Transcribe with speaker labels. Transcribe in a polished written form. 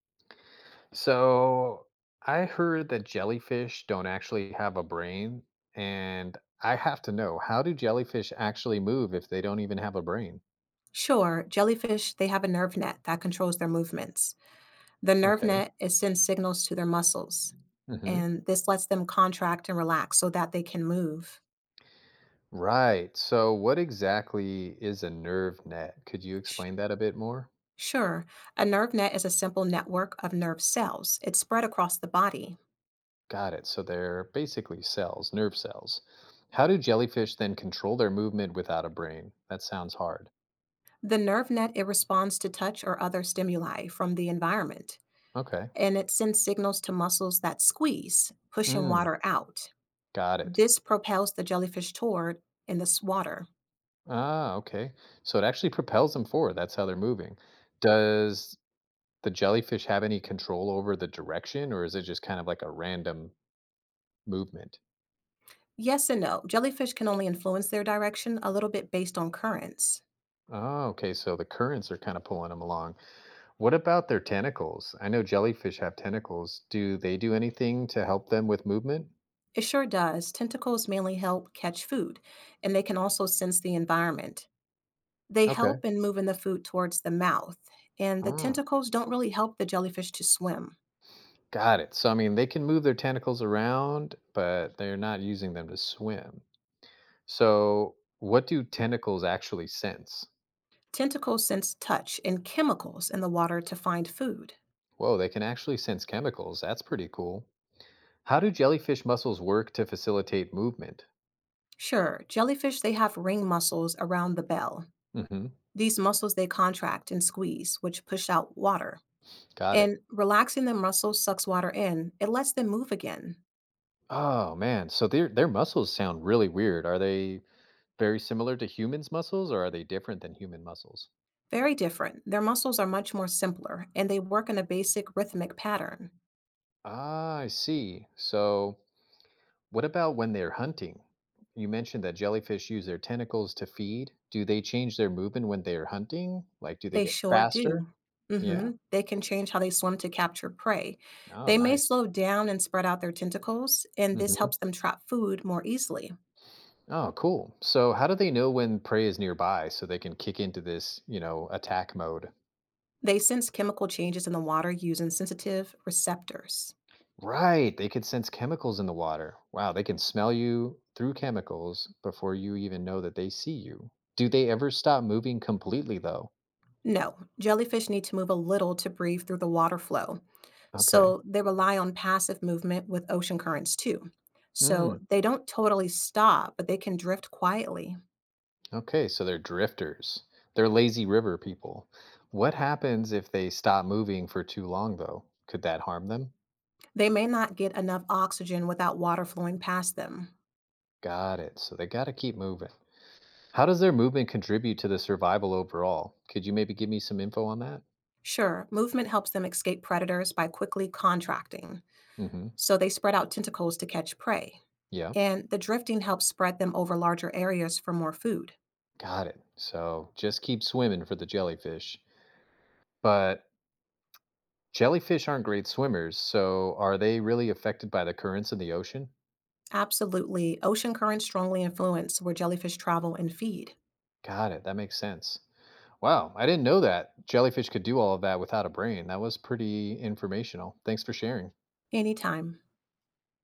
Speaker 1: So I heard that jellyfish don't actually have a brain, and I have to know, how do jellyfish actually move if they don't even have a brain?
Speaker 2: Sure, jellyfish, they have a nerve net that controls their movements. The nerve
Speaker 1: Okay.
Speaker 2: net it sends signals to their muscles,
Speaker 1: Hmm.
Speaker 2: and this lets them contract and relax so that they can move.
Speaker 1: Right. So what exactly is a nerve net? Could you
Speaker 2: Sh-
Speaker 1: explain that a bit more?
Speaker 2: Sure, a nerve net is a simple network of nerve cells. It's spread across the body.
Speaker 1: Got it. So they're basically cells, nerve cells. How do jellyfish then control their movement without a brain? That sounds hard.
Speaker 2: The nerve net it responds to touch or other stimuli from the environment,
Speaker 1: Okay.
Speaker 2: and it sends signals to muscles that squeeze, pushing
Speaker 1: Mm,
Speaker 2: water out.
Speaker 1: got it.
Speaker 2: This propels the jellyfish toward in this water.
Speaker 1: Ah, okay. So it actually propels them forward. That's how they're moving. Does the jellyfish have any control over the direction, or is it just kind of like a random movement?
Speaker 2: Yes and no. Jellyfish can only influence their direction a little bit based on currents.
Speaker 1: Oh, okay. So the currents are kind of pulling them along. What about their tentacles? I know jellyfish have tentacles. Do they do anything to help them with movement?
Speaker 2: It sure does. Tentacles mainly help catch food, and they can also sense the environment. They
Speaker 1: Okay.
Speaker 2: help in moving the food towards the mouth, and the
Speaker 1: Ah,
Speaker 2: tentacles don't really help the jellyfish to swim.
Speaker 1: got it. So, I mean, they can move their tentacles around, but they're not using them to swim. So, what do tentacles actually sense?
Speaker 2: Tentacles sense touch and chemicals in the water to find food.
Speaker 1: Whoa, they can actually sense chemicals. That's pretty cool. How do jellyfish muscles work to facilitate movement?
Speaker 2: Sure, jellyfish they have ring muscles around the bell.
Speaker 1: Hmm.
Speaker 2: These muscles they contract and squeeze, which push out water.
Speaker 1: Got it.
Speaker 2: And relaxing the muscles sucks water in. It lets them move again.
Speaker 1: Oh man, so their muscles sound really weird. Are they very similar to humans' muscles, or are they different than human muscles?
Speaker 2: Very different. Their muscles are much more simpler and they work in a basic rhythmic pattern.
Speaker 1: Ah, I see. So, what about when they're hunting? You mentioned that jellyfish use their tentacles to feed. Do they change their movement when they're hunting? Like, do they
Speaker 2: They
Speaker 1: get
Speaker 2: sure
Speaker 1: faster?
Speaker 2: do.
Speaker 1: Yeah.
Speaker 2: They can change how they swim to capture prey.
Speaker 1: Oh,
Speaker 2: They may
Speaker 1: nice.
Speaker 2: slow down and spread out their tentacles, and this
Speaker 1: Hmm.
Speaker 2: helps them trap food more easily.
Speaker 1: Oh, cool. So, how do they know when prey is nearby so they can kick into this, attack mode?
Speaker 2: They sense chemical changes in the water using sensitive receptors.
Speaker 1: Right. They could sense chemicals in the water. Wow. They can smell you through chemicals before you even know that they see you. Do they ever stop moving completely, though?
Speaker 2: No, jellyfish need to move a little to breathe through the water flow.
Speaker 1: Okay.
Speaker 2: So they rely on passive movement with ocean currents too. So
Speaker 1: Mm,
Speaker 2: they don't totally stop, but they can drift quietly.
Speaker 1: okay. So, they're drifters. They're lazy river people. What happens if they stop moving for too long, though? Could that harm them?
Speaker 2: They may not get enough oxygen without water flowing past them.
Speaker 1: Got it. So, they got to keep moving. How does their movement contribute to the survival overall? Could you maybe give me some info on that?
Speaker 2: Sure, movement helps them escape predators by quickly contracting.
Speaker 1: Mm-hmm.
Speaker 2: So they spread out tentacles to catch prey.
Speaker 1: Yeah.
Speaker 2: And the drifting helps spread them over larger areas for more food.
Speaker 1: Got it. So just keep swimming for the jellyfish. But jellyfish aren't great swimmers, so are they really affected by the currents in the ocean?
Speaker 2: Absolutely, ocean currents strongly influence where jellyfish travel and feed.
Speaker 1: Got it. That makes sense. Wow, I didn't know that jellyfish could do all of that without a brain. That was pretty informational. Thanks for sharing.
Speaker 2: Anytime.